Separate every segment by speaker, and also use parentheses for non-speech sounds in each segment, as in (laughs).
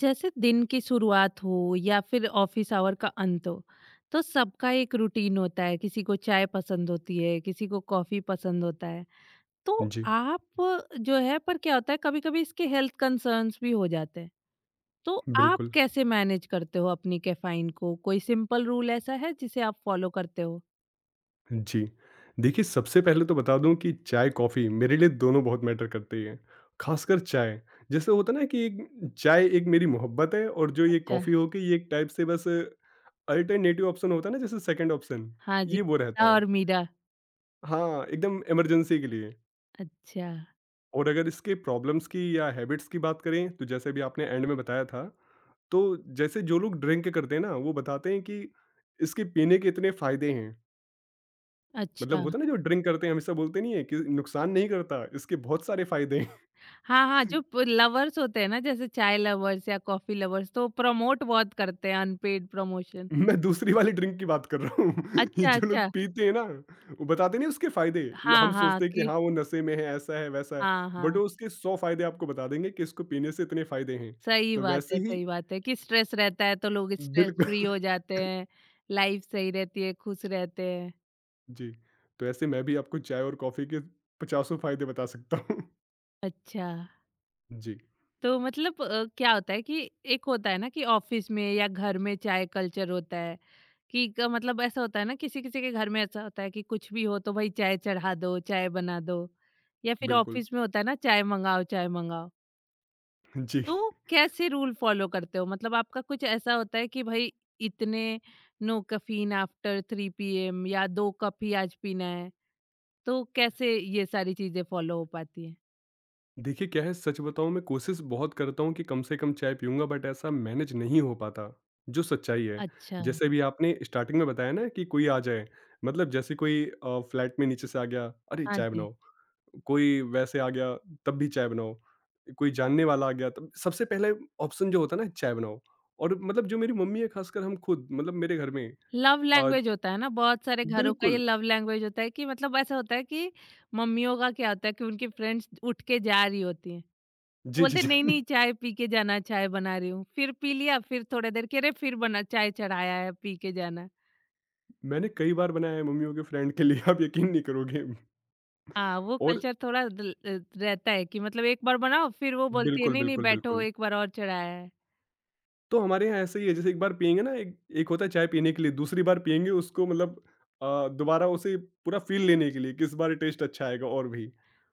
Speaker 1: जैसे दिन की शुरुआत हो या फिर ऑफिस आवर का अंत हो, तो सबका एक रूटीन होता है। किसी को चाय पसंद होती है, किसी को कॉफी पसंद होता है। तो
Speaker 2: जी,
Speaker 1: आप जो है पर क्या होता है, कभी कभी इसके हेल्थ कंसर्न्स भी हो जाते हैं। तो आप
Speaker 2: बिल्कुल।
Speaker 1: कैसे मैनेज करते हो अपनी कैफाइन को? कोई सिंपल रूल ऐसा है जिसे आप फॉलो करते हो?
Speaker 2: जी। देखिए, सबसे पहले तो बता दूँ कि चाय-कॉफ़ी मेरे लिए दोनों बहुत मैटर करती है। ख़ासकर चाय, जैसे होता है ना कि एक चाय एक मेरी मोहब्बत है, और जो ये
Speaker 1: अच्छा।
Speaker 2: कॉफ़ी हो गई ये एक टाइप से बस अल्टरनेटिव ऑप्शन होता है ना, जैसे सेकंड ऑप्शन,
Speaker 1: हाँ जी।
Speaker 2: ये वो रहता
Speaker 1: आदा
Speaker 2: है।
Speaker 1: और मीरा।
Speaker 2: हाँ, एकदम इमरजेंसी के लिए।
Speaker 1: अच्छा।
Speaker 2: और अगर इसके प्रॉब्लम्स की या हैबिट्स की बात करें, तो जैसे अभी आपने एंड में बताया था, तो जैसे जो लोग ड्रिंक करते हैं ना, वो बताते हैं कि इसके पीने के इतने फ़ायदे हैं। मतलब
Speaker 1: अच्छा।
Speaker 2: होता है ना, जो ड्रिंक करते हैं हमेशा बोलते नहीं है कि नुकसान नहीं करता, इसके बहुत सारे फायदे हैं।
Speaker 1: हाँ, हाँ, जो प लवर्स होते हैं ना, जैसे चाय लवर्स या कॉफ़ी लवर्स, तो प्रमोट बहुत करते हैं, अनपेड प्रमोशन।
Speaker 2: (laughs) मैं दूसरी वाली ड्रिंक की बात कर रहा हूँ। (laughs) ये
Speaker 1: अच्छा,
Speaker 2: जो लोग
Speaker 1: अच्छा।
Speaker 2: पीते हैं ना, वो बताते नहीं उसके फायदे
Speaker 1: हाँ,
Speaker 2: हम
Speaker 1: हाँ,
Speaker 2: सोचते हैं कि
Speaker 1: कि
Speaker 2: हाँ वो नशे में है, ऐसा है वैसा है,
Speaker 1: हाँ,
Speaker 2: बट
Speaker 1: हाँ,
Speaker 2: वो उसके 100 फायदे आपको बता देंगे कि इसको पीने से इतने फायदे हैं।
Speaker 1: सही
Speaker 2: तो
Speaker 1: बात
Speaker 2: वैसे
Speaker 1: है,
Speaker 2: ही
Speaker 1: सही बात है। कि स्ट्रेस रहता है तो लोग स्ट्रेस
Speaker 2: बिल्कुल।
Speaker 1: फ्री
Speaker 2: (laughs)
Speaker 1: हो जाते हैं, लाइफ सही रहती है, खुश रहते हैं।
Speaker 2: जी। तो ऐसे मैं भी आपको चाय और कॉफी के पचासों फायदे बता सकता हूँ। (laughs)
Speaker 1: अच्छा।
Speaker 2: जी।
Speaker 1: तो मतलब क्या होता है कि एक होता है ना कि ऑफिस में या घर में चाय कल्चर होता है। मतलब ऐसा होता है ना, किसी किसी के घर में ऐसा होता है कि कुछ भी हो तो भाई चाय चढ़ा दो, चाय बना दो। या फिर
Speaker 2: बिल्कुल।
Speaker 1: ऑफिस में होता है ना, चाय मंगाओ, चाय मंगाओ।
Speaker 2: जी।
Speaker 1: तो कैसे रूल फॉलो करते हो? मतलब आपका कुछ ऐसा होता है कि भाई इतने no caffeine after three PM या दो कप ही आज पीना है? तो कैसे ये सारी चीजें फॉलो हो पाती है?
Speaker 2: देखिए क्या है, सच बताऊँ मैं कोशिश बहुत करता हूँ कि कम से कम चाय पीऊँगा, बट ऐसा मैनेज नहीं हो पाता, जो सच्चाई है।
Speaker 1: अच्छा।
Speaker 2: जैसे भी आपने स्टार्टिंग में बताया ना कि कोई आ जाए, मतलब जैसे कोई फ्लैट में नीचे से आ गया, अरे
Speaker 1: हाँ
Speaker 2: चाय
Speaker 1: जी।
Speaker 2: बनाओ। कोई वैसे आ गया तब भी चाय बनाओ। कोई जानने वाला आ गया तब सबसे पहले ऑप्शन जो होता है ना, चाय बनाओ। और मतलब जो मेरी मम्मी है, खासकर हम खुद, मतलब मेरे घर में
Speaker 1: लव
Speaker 2: अ,
Speaker 1: लैंग्वेज होता है ना, बहुत सारे घरों का ये
Speaker 2: बिल्कुल,
Speaker 1: लव लैंग्वेज होता है कि मतलब ऐसा होता है कि मम्मियों का क्या होता है कि उनकी फ्रेंड्स उठ के जा रही होती हैं, तो
Speaker 2: जी, जी,
Speaker 1: बोलते
Speaker 2: जी।
Speaker 1: नहीं
Speaker 2: (laughs)
Speaker 1: नहीं, चाय पी के जाना, चाय बना रही हूँ। फिर पी लिया, फिर थोड़ी देर के, अरे फिर बना, चाय चढ़ाया है, पी के जाना।
Speaker 2: मैंने कई बार बनाया है मम्मियों के फ्रेंड के लिए, आप यकीन नहीं करोगे।
Speaker 1: हाँ, वो
Speaker 2: और
Speaker 1: कल्चर थोड़ा रहता है कि मतलब एक बार बनाओ, फिर वो बोलती है
Speaker 2: बिल्कुल,
Speaker 1: नहीं नहीं
Speaker 2: बिल्कुल,
Speaker 1: बैठो,
Speaker 2: बिल्कुल।
Speaker 1: एक बार और चढ़ाया है।
Speaker 2: तो हमारे यहाँ ऐसा ही है, जैसे एक बार पिएँगे ना, एक एक होता है चाय पीने के लिए, दूसरी बार पिएँगे उसको, मतलब दोबारा उसे पूरा फ़ील लेने के लिए कि इस बार टेस्ट अच्छा आएगा और भी।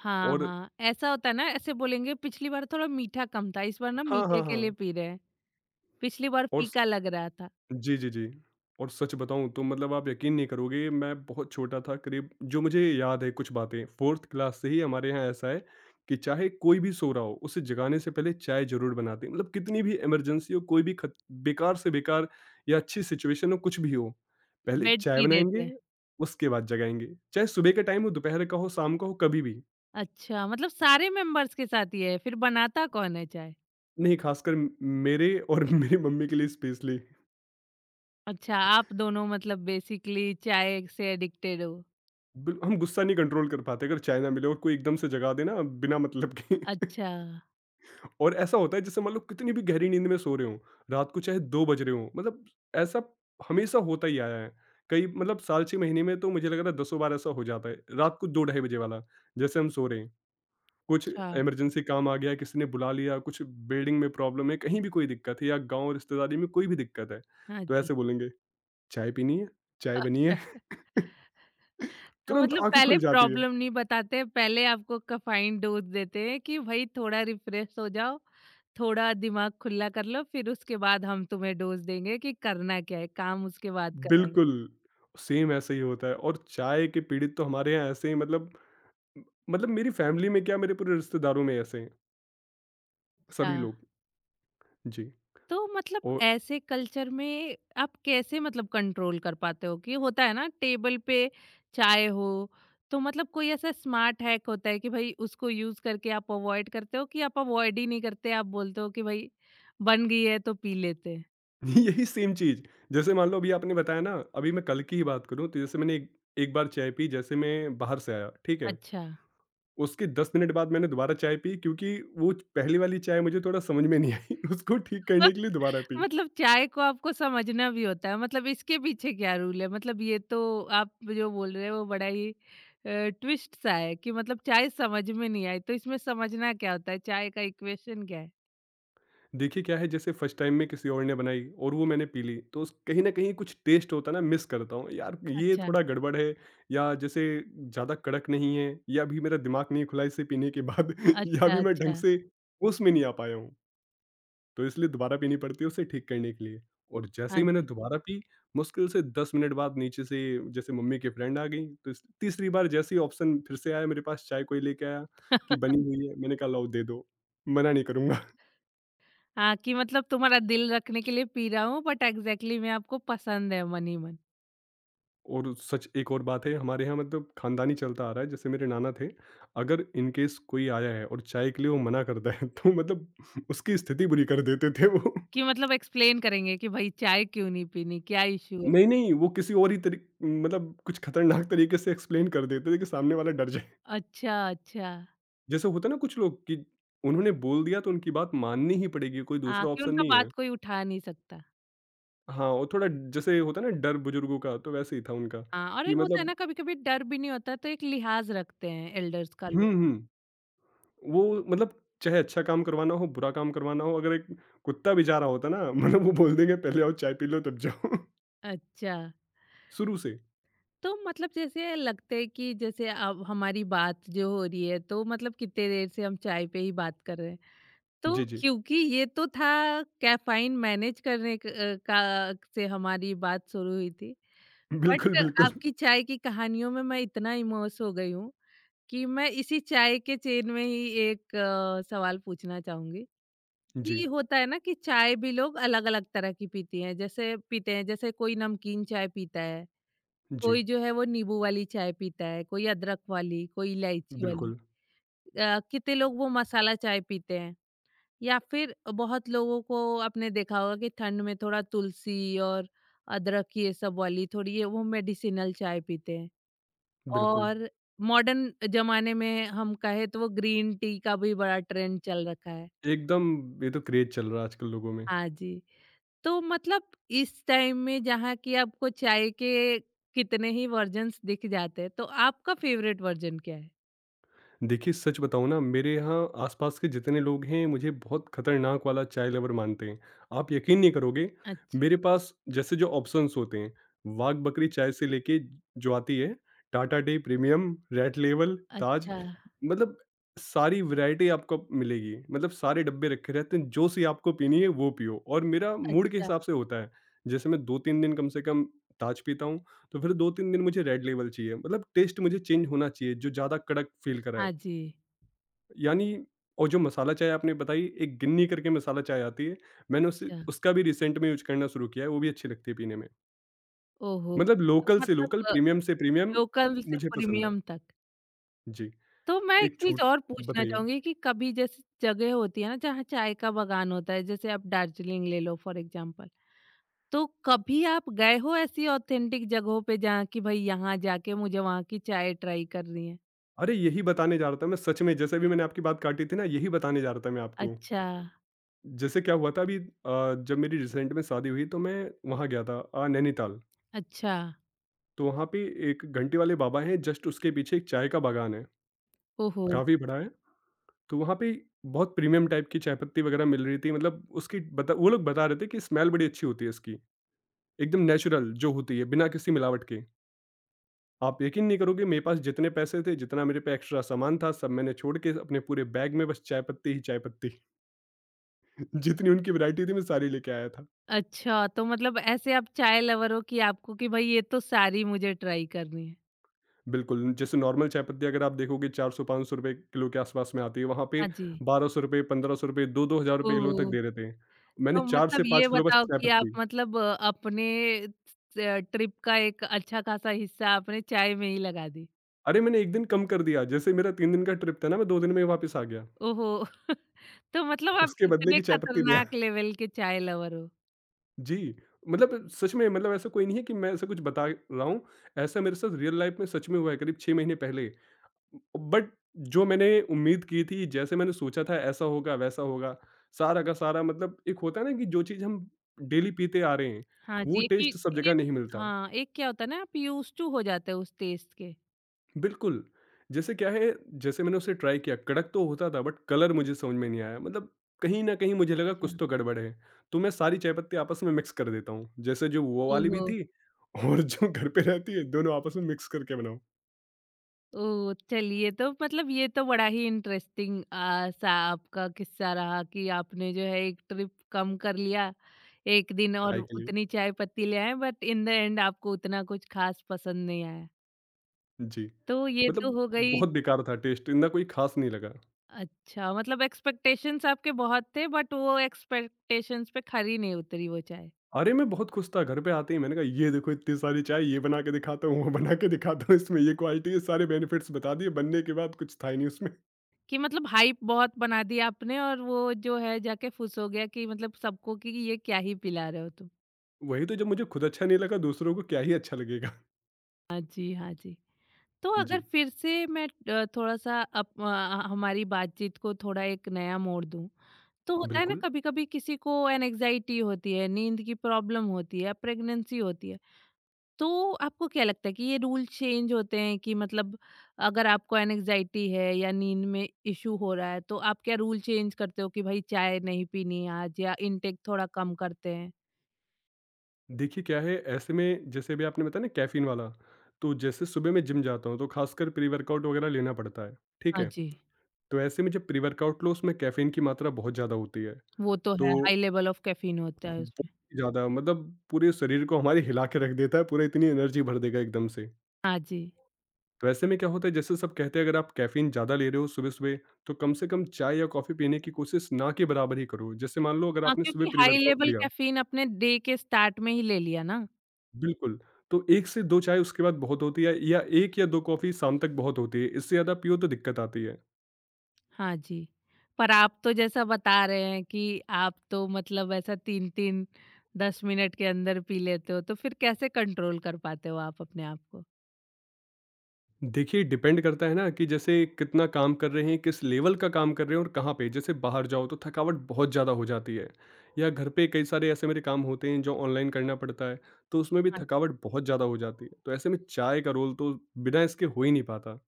Speaker 1: हाँ
Speaker 2: और
Speaker 1: हाँ, ऐसा होता है ना। ऐसे बोलेंगे पिछली बार थोड़ा मीठा कम था, इस बार ना
Speaker 2: हाँ, हाँ,
Speaker 1: मीठे के लिए
Speaker 2: हाँ।
Speaker 1: पी रहे हैं, पिछली बार
Speaker 2: और स
Speaker 1: फीका लग रहा था।
Speaker 2: जी, जी, जी। और सच बताऊँ तो मतलब आप यकीन नहीं करोगे, मैं बहुत छोटा था करीब, जो मुझे याद है कुछ बातें 4th क्लास से ही हमारे यहाँ ऐसा है कि चाहे कोई भी सो रहा हो, उसे जगाने से पहले चाय ज़रूर बनाते हैं। मतलब कितनी भी इमरजेंसी हो, कोई भी खत बेकार से बेकार या अच्छी सिचुएशन हो, कुछ भी हो, पहले
Speaker 1: बेड
Speaker 2: चाय
Speaker 1: टी देते
Speaker 2: बनाएँगे,
Speaker 1: हैं।
Speaker 2: उसके बाद जगाएँगे। चाहे सुबह का टाइम हो, दोपहर का हो, शाम का हो, कभी भी।
Speaker 1: अच्छा, मतलब सारे मेंबर्स के साथ ये है? फिर बनाता कौन है चाय?
Speaker 2: नहीं, खासकर म मेरे और (laughs) मेरी मम्मी के लिए स्पेशली।
Speaker 1: अच्छा, आप दोनों मतलब बेसिकली चाय से एडिक्टेड हो।
Speaker 2: बिल हम गुस्सा नहीं कंट्रोल कर पाते अगर चाय ना मिले और कोई एकदम से जगा देना बिना मतलब के।
Speaker 1: अच्छा,
Speaker 2: (laughs) और ऐसा होता है जैसे मान लो कितनी भी गहरी नींद में सो रहे हो, रात को चाहे 2 बज रहे हो, मतलब ऐसा हमेशा होता ही आया है। कई मतलब साल 6 महीने में तो मुझे लग रहा है दसों बार ऐसा हो जाता है, रात को दो ढाई बजे वाला, जैसे हम सो रहे हैं, कुछ
Speaker 1: अच्छा।
Speaker 2: इमरजेंसी काम आ गया, किसी ने बुला लिया, कुछ बिल्डिंग में प्रॉब्लम है, कहीं भी कोई दिक्कत है, या गांव रिश्तेदारी में कोई भी दिक्कत है,
Speaker 1: हाँ
Speaker 2: तो
Speaker 1: जी।
Speaker 2: ऐसे बोलेंगे चाय पीनी है, चाय बनी
Speaker 1: (laughs) अच्छा।
Speaker 2: है। (laughs)
Speaker 1: तो
Speaker 2: तुरंत
Speaker 1: मतलब
Speaker 2: आंखें खुल
Speaker 1: पहले
Speaker 2: जाती है।
Speaker 1: प्रॉब्लम नहीं बताते, पहले आपको कैफ़ीन डोज़ देते हैं कि भई थोड़ा रिफ्रेश हो जाओ, थोड़ा दिमाग खुला कर लो, फिर उसके बाद हम तुम्हें डोज़ देंगे कि करना क्या है, काम उसके बाद
Speaker 2: बिल्कुल,
Speaker 1: कराएँगे।
Speaker 2: सेम ऐसा ही होता है। और चाय के पीड़ित तो हमारे यहाँ ऐसे ही, मतलब मतलब मेरी फैमिली में क्या, मेरे पूरे रिश्तेदारों में ऐसे हैं,
Speaker 1: अच्छा।
Speaker 2: सभी लोग। जी,
Speaker 1: तो मतलब
Speaker 2: और
Speaker 1: ऐसे कल्चर में आप कैसे मतलब कंट्रोल कर पाते हो? कि होता है ना टेबल पे चाय हो, तो मतलब कोई ऐसा स्मार्ट हैक होता है कि भाई उसको यूज करके आप अवॉइड करते हो? कि आप अवॉइड ही नहीं करते, आप बोलते हो कि भाई बन गई है तो पी लेते हैं?
Speaker 2: (laughs) यही सेम चीज़, जैसे मान लो अभी आपने बताया ना, अभी मैं कल की ही बात करूँ, तो जैसे मैंने एक एक बार चाय पी, जैसे मैं बाहर से आया, ठीक है?
Speaker 1: अच्छा।
Speaker 2: उसके 10 मिनट बाद मैंने दोबारा चाय पी, क्योंकि वो पहली वाली चाय मुझे थोड़ा समझ में नहीं आई, (laughs) उसको ठीक करने
Speaker 1: (laughs)
Speaker 2: के लिए दोबारा पी।
Speaker 1: मतलब चाय को आपको समझना भी होता है, मतलब इसके पीछे क्या रूल है? मतलब ये तो आप जो बोल रहे हो वो बड़ा ही ट्विस्ट सा है कि मतलब चाय समझ में नहीं आई, तो इसमें समझना क्या होता है, चाय का इक्वेशन क्या है?
Speaker 2: देखिए क्या है, जैसे फर्स्ट टाइम में किसी और ने बनाई और वो मैंने पी ली तो कहीं ना कहीं कुछ टेस्ट होता है ना, मिस करता हूँ, यार ये
Speaker 1: अच्छा,
Speaker 2: थोड़ा गड़बड़ है, या जैसे ज़्यादा कड़क नहीं है, या भी मेरा दिमाग नहीं खुला इसे पीने के बाद, (laughs) या
Speaker 1: अच्छा,
Speaker 2: भी मैं ढंग
Speaker 1: अच्छा।
Speaker 2: से उसमें नहीं आ पाया हूँ, तो इसलिए दोबारा पीनी पड़ती है उसे ठीक करने के लिए। और जैसे
Speaker 1: हाँ
Speaker 2: ही मैंने
Speaker 1: जी।
Speaker 2: दोबारा पी, मुश्किल से 10 मिनट बाद नीचे से जैसे मम्मी के फ्रेंड आ गई तो तीसरी बार जैसे ही ऑप्शन फिर से आया मेरे पास, चाय कोई लेके आया कि बनी हुई है, मैंने कहा लाओ दे दो, मना नहीं करूंगा।
Speaker 1: हाँ, कि मतलब तुम्हारा दिल रखने के लिए पी रहा हूँ बट एग्ज़ैक्टली मैं आपको पसंद है मन ही मन।
Speaker 2: और सच एक और बात है, हमारे यहाँ मतलब खानदानी चलता आ रहा है, जैसे मेरे नाना थे, अगर इन केस कोई आया है और चाय के लिए वो मना करता है, तो मतलब उसकी स्थिति बुरी कर देते थे वो।
Speaker 1: कि मतलब एक्सप्लेन करेंगे कि भाई चाय क्यों नहीं पीनी? क्या इश्यू है?
Speaker 2: नहीं नहीं, वो किसी और ही तरी मतलब कुछ खतरनाक तरीके से एक्सप्लेन कर देते थे कि सामने वाला डर जाए।
Speaker 1: अच्छा, अच्छा।
Speaker 2: जैसे होता है ना कुछ लोग कि उन्होंने बोल दिया तो उनकी बात माननी ही पड़ेगी, कोई
Speaker 1: हाँ,
Speaker 2: दूसरा
Speaker 1: कि
Speaker 2: ऑप्शन
Speaker 1: उनका
Speaker 2: नहीं है।
Speaker 1: बात कोई उठा नहीं सकता।
Speaker 2: हाँ, और थोड़ा जैसे होता है ना डर बुजुर्गों का, तो वैसे ही था उनका,
Speaker 1: हाँ, और ये
Speaker 2: कि
Speaker 1: होता है
Speaker 2: मतलब
Speaker 1: ना कभी-कभी डर भी नहीं होता, तो एक लिहाज़ रखते हैं एल्डर्स का
Speaker 2: हम्म
Speaker 1: लोग।
Speaker 2: हम्म वो मतलब चाहे अच्छा काम करवाना हो, बुरा काम करवाना हो, अगर एक कुत्ता भी जा रहा होता ना, (laughs) मतलब वो बोल देंगे, "पहले आओ चाय पी लो तब जाओ।" (laughs)
Speaker 1: अच्छा,
Speaker 2: शुरू से।
Speaker 1: तो मतलब जैसे लगता है कि जैसे अब हमारी बात जो हो रही है, तो मतलब कितने देर से हम चाय पे ही बात कर रहे हैं। तो
Speaker 2: जी, जी।
Speaker 1: क्योंकि ये तो था कैफ़ीन मैनेज करने का से हमारी बात शुरू हुई थी।
Speaker 2: बिल्कुल,
Speaker 1: बट
Speaker 2: बिल्कुल।
Speaker 1: आपकी चाय की कहानियों में मैं इतना इमोस हो गई हूँ कि मैं इसी चाय के चेन में ही एक सवाल पूछना चाहूँगी।
Speaker 2: जी,
Speaker 1: कि होता है ना कि चाय भी लोग अलग-अलग तरह की पीती हैं। जैसे पीते हैं, जैसे कोई नमकीन चाय पीता है,
Speaker 2: जी।
Speaker 1: कोई जो है वो नींबू वाली चाय पीता है, कोई अदरक वाली, कोई इलायची वाली।
Speaker 2: बिल्कुल,
Speaker 1: कितने लोग वो मसाला चाय पीते हैं। या फिर बहुत लोगों को आपने देखा होगा कि ठंड में थोड़ा तुलसी और अदरक ये सब वाली थोड़ी ये वो मेडिसिनल चाय पीते हैं।
Speaker 2: बिल्कुल।
Speaker 1: और मॉडर्न जमाने में हम कहे तो वो ग्रीन टी का भी बड़ा ट्रेंड चल रखा है।
Speaker 2: एकदम ये तो क्रेज़ चल रहा है आजकल लोगों में।
Speaker 1: हाँ जी। तो मतलब इस टाइम में जहाँ कि आपको चाय के कितने ही वर्जन्स दिख जाते हैं, तो आपका फेवरेट वर्जन क्या है?
Speaker 2: देखिए सच बताऊँ ना, मेरे यहाँ आसपास के जितने लोग हैं मुझे बहुत खतरनाक वाला चाय लवर मानते हैं। आप यकीन नहीं करोगे,
Speaker 1: अच्छा।
Speaker 2: मेरे पास जैसे जो ऑप्शंस होते हैं, वाघ बकरी चाय से लेके जो आती है, Tata tea, premium, red label, Taj,
Speaker 1: अच्छा।
Speaker 2: मतलब सारी वैरायटी आपको मिलेगी। मतलब सारे डब्बे रखे रहते हैं, जो सी आपको पीनी है वो पियो, और मेरा मूड के
Speaker 1: अच्छा।
Speaker 2: हिसाब से होता है। जैसे मैं 2-3 दिन कम से कम ताज पीता हूँ, तो फिर 2-3 दिन मुझे रेड लेबल चाहिए। मतलब टेस्ट मुझे चेंज होना चाहिए जो ज़्यादा कड़क फ़ील कराए।
Speaker 1: हाँ जी।
Speaker 2: यानी और जो मसाला चाय आपने बताई, एक गिन्नी करके मसाला चाय आती है, मैंने उसे
Speaker 1: अच्छा।
Speaker 2: उसका भी रिसेंट में यूज़ करना शुरू किया है, वो भी अच्छी लगती है पीने में।
Speaker 1: ओहो!
Speaker 2: मतलब
Speaker 1: तब तो
Speaker 2: लोकल से लोकल,
Speaker 1: मतलब
Speaker 2: प्रीमियम से प्रीमियम
Speaker 1: लोकल से
Speaker 2: मुझे पसंद है।
Speaker 1: प्रीमियम तक।
Speaker 2: जी,
Speaker 1: तो मैं एक
Speaker 2: एक
Speaker 1: चीज़
Speaker 2: छोट
Speaker 1: और पूछना
Speaker 2: बताइए।
Speaker 1: चाहूँगी कि कभी जैसे जगह होती है ना जहाँ चाय का बागान होता है, जैसे आप दार्जिलिंग ले लो फॉर एग्ज़ाम्पल। तो कभी आप गए हो ऐसी ऑथेंटिक जगहों पे जहाँ कि भई यहाँ जाके मुझे वहाँ की चाय ट्राई करनी है?
Speaker 2: अरे! यही बताने जा रहा था मैं सच में, जैसे अभी मैंने आपकी बात काटी थी ना, यही बताने जा रहा था मैं आपको।
Speaker 1: अच्छा,
Speaker 2: जैसे क्या हुआ था अभी जब मेरी रिसेंट में शादी हुई, तो मैं वहाँ गया था नैनीताल।
Speaker 1: अच्छा।
Speaker 2: तो वहाँ पे एक घंटी वाले बाबा हैं, जस्ट उसके पीछे एक चाय का बागान है,
Speaker 1: ओहो!
Speaker 2: काफ़ी बड़ा है। तो वहाँ पे बहुत प्रीमियम टाइप की चाय पत्ती वगैरह मिल रही थी, मतलब उसकी बता वो लोग बता रहे थे कि स्मेल बड़ी अच्छी होती है इसकी, एकदम नेचुरल जो होती है बिना किसी मिलावट के। आप यकीन नहीं करोगे, मेरे पास जितने पैसे थे, जितना मेरे पे एक्स्ट्रा सामान था, सब मैंने छोड़ के अपने पूरे बैग में बस चाय पत्ती ही चाय पत्ती। (laughs) जितनी उनकी वैरायटी थी मैं सारी लेके आया था।
Speaker 1: अच्छा, तो मतलब ऐसे आप चाय लवर हो कि आपको कि भई ये तो सारी मुझे ट्राई करनी है।
Speaker 2: बिल्कुल, जैसे नॉर्मल चाय पत्ती अगर आप देखोगे, 400-500 रुपये किलो के आसपास में आती है, वहाँ पे
Speaker 1: हाँ जी।
Speaker 2: 1200 रुपये 1500 रुपये 2000-2000 रुपये किलो तक
Speaker 1: ओह!
Speaker 2: दे रहे थे। मैंने
Speaker 1: तो
Speaker 2: चार से
Speaker 1: मतलब ये
Speaker 2: पाँच किलो बस
Speaker 1: बताओ
Speaker 2: चाय
Speaker 1: कि आप
Speaker 2: पत्ती।
Speaker 1: मतलब अपने ट्रिप का एक अच्छा खासा हिस्सा आपने चाय में ही लगा दी।
Speaker 2: अरे! मैंने 1 दिन कम कर दिया, जैसे मेरा 3 दिन का ट्रिप था ना, मैं 2 दिन में ही वापस आ गया।
Speaker 1: ओहो! (laughs) तो मतलब आप
Speaker 2: उसके बदले
Speaker 1: इतने
Speaker 2: की चाय पत्ती दिया।
Speaker 1: खतरनाक लेवल के चाय लवर हो।
Speaker 2: जी, मतलब सच में, मतलब ऐसा कोई नहीं है कि मैं ऐसा कुछ बता रहा हूँ, ऐसा मेरे साथ रियल लाइफ में सच में हुआ है करीब 6 महीने पहले। बट जो मैंने उम्मीद की थी, जैसे मैंने सोचा था ऐसा होगा, वैसा होगा, सारा का सारा, मतलब एक होता है ना कि जो चीज़ हम डेली पीते आ रहे हैं,
Speaker 1: हाँ
Speaker 2: वो
Speaker 1: जी, कि
Speaker 2: टेस्ट सब जगह
Speaker 1: टेस्ट
Speaker 2: नहीं मिलता।
Speaker 1: हाँ, एक क्या होता है ना आप यूज़्ड टू हो जाते हो उस टेस्ट के।
Speaker 2: बिल्कुल, जैसे क्या है, जैसे मैंने उसे ट्राई किया, कड़क तो होता था बट कलर मुझे समझ में नहीं आया, मतलब कहीं न कहीं मुझे लगा कुछ
Speaker 1: अच्छा।
Speaker 2: तो गड़बड़ है, तो मैं सारी चाय पत्ती आपस में मिक्स कर देता हूँ, जैसे जो वो वाली भी
Speaker 1: ओहो!
Speaker 2: थी, (laughs) और जो घर पे रहती है, दोनों आपस में मिक्स करके बनाओ
Speaker 1: ओह! चलिए, तो मतलब ये तो बड़ा ही इंटरेस्टिंग सा आपका किस्सा रहा कि आपने जो है एक ट्रिप कम कर लिया, 1 दिन और
Speaker 2: चाय के लिए।
Speaker 1: उतनी चाय पत्ती ले आए बट इन द एंड आपको उतना कुछ खास पसंद नहीं आया।
Speaker 2: जी,
Speaker 1: तो ये तो
Speaker 2: मतलब
Speaker 1: हो गई।
Speaker 2: बहुत बेकार था टेस्ट, इतना कोई ख़ास नहीं लगा।
Speaker 1: अच्छा, मतलब एक्सपेक्टेशंस आपके बहुत थे बट वो एक्सपेक्टेशंस पे खरी नहीं उतरी वो चाय।
Speaker 2: अरे! मैं बहुत खुश था, घर पे आते ही मैंने कहा ये देखो इतनी सारी चाय, ये बना के दिखाता हूँ, वो बना के दिखाता हूँ, इसमें ये क्वालिटी है, सारे बेनिफिट्स बता दिए, बनने के बाद कुछ था ही नहीं उसमें।
Speaker 1: कि मतलब हाइप बहुत बना दी आपने और वो जो है जाके फुस हो गया कि मतलब सबको कि ये क्या ही पिला रहे हो तुम।
Speaker 2: वही तो, जब मुझे खुद अच्छा नहीं लगा दूसरों को क्या ही अच्छा लगेगा।
Speaker 1: हाँ जी, हाँ जी। तो
Speaker 2: (laughs)
Speaker 1: अगर
Speaker 2: जी,
Speaker 1: फिर से मैं थोड़ा-सा हमारी बातचीत को थोड़ा एक नया मोड़ दूँ, तो होता है ना
Speaker 2: बिल्कुल।
Speaker 1: कभी-कभी किसी को एंग्जायटी होती है, नींद की प्रॉब्लम होती है, प्रेगनेंसी होती है। तो आपको क्या लगता है कि ये रूल चेंज होते हैं? कि मतलब अगर आपको एंग्जायटी है या नींद में इश्यू हो रहा है, तो आप क्या रूल चेंज करते हो कि भाई चाय नहीं पीनी आज या इनटेक थोड़ा कम करते हैं?
Speaker 2: देखिए क्या है ऐसे में, जैसे अभी आपने बताया ना कैफ़ीन वाला, तो जैसे सुबह मैं जिम जाता हूँ तो खासकर प्री-वर्कआउट वगैरह लेना पड़ता है, ठीक
Speaker 1: हाँ
Speaker 2: है?
Speaker 1: जी,
Speaker 2: तो ऐसे में जब प्री-वर्कआउट लो, उसमें कैफ़ीन की मात्रा बहुत ज़्यादा होती है,
Speaker 1: वो तो है, हाई
Speaker 2: तो
Speaker 1: लेवल ऑफ कैफ़ीन होता है
Speaker 2: बहुत
Speaker 1: उसमें।
Speaker 2: ही ज़्यादा मतलब पूरे शरीर को हमारे हिला के रख देता है, पूरा इतनी एनर्जी भर देगा एकदम से।
Speaker 1: हाँ जी।
Speaker 2: तो ऐसे में क्या होता है, जैसे सब कहते हैं अगर आप कैफ़ीन ज़्यादा ले रहे हो सुबह-सुबह, तो कम से कम चाय या कॉफ़ी पीने की कोशिश ना के बराबर ही करो। जैसे मान लो अगर
Speaker 1: हाँ,
Speaker 2: आपने सुबह
Speaker 1: क्योंकि हाई
Speaker 2: प्री-वर्कआउट
Speaker 1: लेवल
Speaker 2: लिया
Speaker 1: कैफ़ीन अपने डे के स्टार्ट में ही ले लिया ना।
Speaker 2: बिल्कुल, तो 1 से 2 चाय उसके बाद बहुत होती है, या 1 या 2 कॉफ़ी शाम तक बहुत होती है, इससे ज़्यादा पियो तो दिक्कत आती है।
Speaker 1: हाँ जी, पर आप तो जैसा बता रहे हैं कि आप तो मतलब ऐसा 3-3, 10 मिनट के अंदर पी लेते हो, तो फिर कैसे कंट्रोल कर पाते हो आप अपने आप को?
Speaker 2: देखिए डिपेंड करता है ना कि जैसे कितना काम कर रहे हैं, किस लेवल का काम कर रहे हैं और कहाँ पे। जैसे बाहर जाओ तो थकावट बहुत ज़्यादा हो जाती है, या घर पे कई सारे ऐसे मेरे काम होते हैं जो ऑनलाइन करना पड़ता है, तो उसमें भी थकावट बहुत ज़्यादा हो जाती है। तो ऐसे में चाय का रोल तो बिना इसके हो ही नहीं पाता।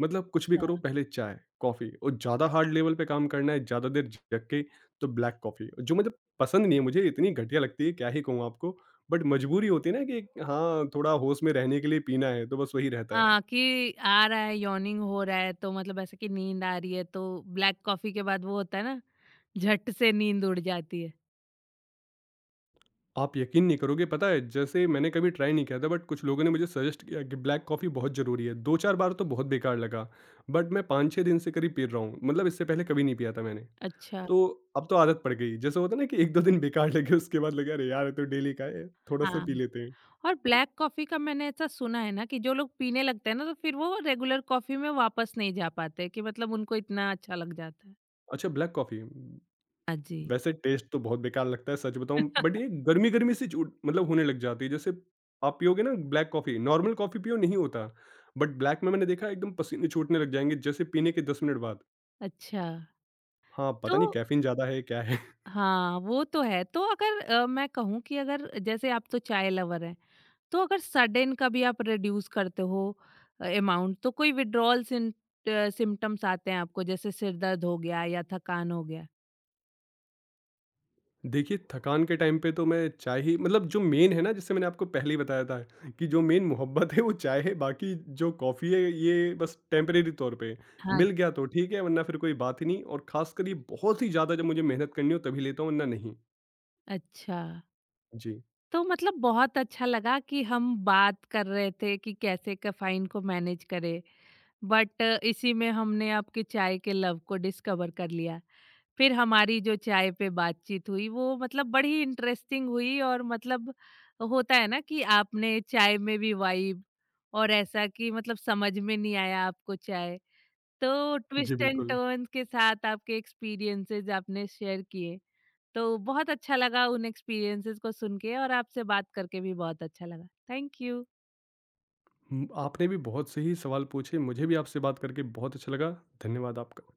Speaker 2: मतलब कुछ भी करो
Speaker 1: अच्छा।
Speaker 2: पहले चाय, कॉफ़ी, और ज़्यादा हार्ड लेवल पे काम करना है, ज़्यादा देर जग के तो ब्लैक कॉफ़ी जो मतलब पसंद नहीं है मुझे, इतनी घटिया लगती है क्या ही कहूँ आपको। बट मजबूरी होती है ना कि हाँ, थोड़ा होश में रहने के लिए पीना है तो बस वही रहता है।
Speaker 1: हाँ, कि आ रहा है, यॉर्निंग हो रहा है, तो मतलब ऐसा कि नींद आ रही है, तो ब्लैक कॉफ़ी के बाद वो होता है ना, झट से नींद उड़ जाती है।
Speaker 2: आप यकीन नहीं करोगे, पता है जैसे मैंने कभी ट्राई नहीं किया था, बट कुछ लोगों ने मुझे सजेस्ट किया कि ब्लैक कॉफ़ी बहुत ज़रूरी है, 2-4 बार तो बहुत बेकार लगा, बट मैं 5-6 दिन से करीब पी रहा हूँ, मतलब इससे पहले कभी नहीं पिया था मैंने।
Speaker 1: अच्छा,
Speaker 2: तो अब तो आदत पड़ गई। जैसे होता है ना कि 1-2 दिन बेकार लगे, उसके बाद लगे अरे यार! ये तो डेली का है, थोड़ा-सा
Speaker 1: हाँ।
Speaker 2: पी लेते हैं।
Speaker 1: और
Speaker 2: तो
Speaker 1: ब्लैक कॉफ़ी का मैंने ऐसा सुना है ना कि जो लोग पीने लगते हैं ना तो फिर वो रेगुलर कॉफ़ी में वापस नहीं जा पाते कि मतलब उनको इतना अच्छा लग जाता है।
Speaker 2: अच्छा, ब्लैक कॉफ़ी
Speaker 1: हाँ जी।
Speaker 2: वैसे टेस्ट तो बहुत बेकार लगता है सच बताऊँ, बट
Speaker 1: (laughs)
Speaker 2: ये गर्मी-गर्मी सी छूट मतलब होने लग जाती है। जैसे आप पियोगे ना ब्लैक कॉफ़ी, नॉर्मल कॉफ़ी पियो नहीं होता। बट ब्लैक में मैंने देखा एकदम पसीने छूटने लग जाएँगे जैसे पीने के 10 मिनट बाद।
Speaker 1: अच्छा,
Speaker 2: हाँ, पता
Speaker 1: तो
Speaker 2: नहीं कैफ़ीन ज़्यादा है, क्या है?
Speaker 1: हाँ, वो तो है। तो अगर मैं कहूँ कि अगर जैसे आप तो चाय लवर हैं, तो अगर सडन कभी आप रिड्यूस करते हो अमाउंट, तो कोई विथड्रॉल सिम्पटम्स आते हैं आपको जैसे सिर दर्द हो गया या थकान हो गया?
Speaker 2: देखिए, थकान के टाइम पे तो मैं चाय ही, मतलब जो मेन है ना, जैसे मैंने आपको पहले ही बताया था कि जो मेन मोहब्बत है वो चाय है, बाकी जो कॉफ़ी है ये बस टेम्परेरी तौर पे,
Speaker 1: हाँ। जी।
Speaker 2: मिल गया तो ठीक है वरना फिर कोई बात ही नहीं, और ख़ासकर ये बहुत ही ज़्यादा जब मुझे मेहनत करनी हो तभी लेता हूँ वरना नहीं।
Speaker 1: अच्छा।
Speaker 2: जी।
Speaker 1: तो मतलब बहुत अच्छा लगा कि हम बात कर रहे थे कि कैसे कैफाइन को मैनेज करें, बट इसी में हमने आपके चाय के लव को डिस्कवर कर लिया। फिर हमारी जो चाय पे बातचीत हुई वो मतलब बड़ी इंटरेस्टिंग हुई। और मतलब होता है ना कि आपने चाय में भी वाइब, और ऐसा कि मतलब समझ में नहीं आया आपको चाय, तो
Speaker 2: जी,
Speaker 1: ट्विस्ट एंड
Speaker 2: बिल्कुल।
Speaker 1: टर्न्स के साथ आपके एक्सपीरियंसेस आपने शेयर किए। तो बहुत अच्छा लगा उन एक्सपीरियंसेस को सुन के और आपसे बात करके भी बहुत अच्छा लगा। Thank you.
Speaker 2: हुँ, आपने भी बहुत सही सवाल पूछे, मुझे भी आपसे बात करके बहुत अच्छा लगा। धन्यवाद आपका।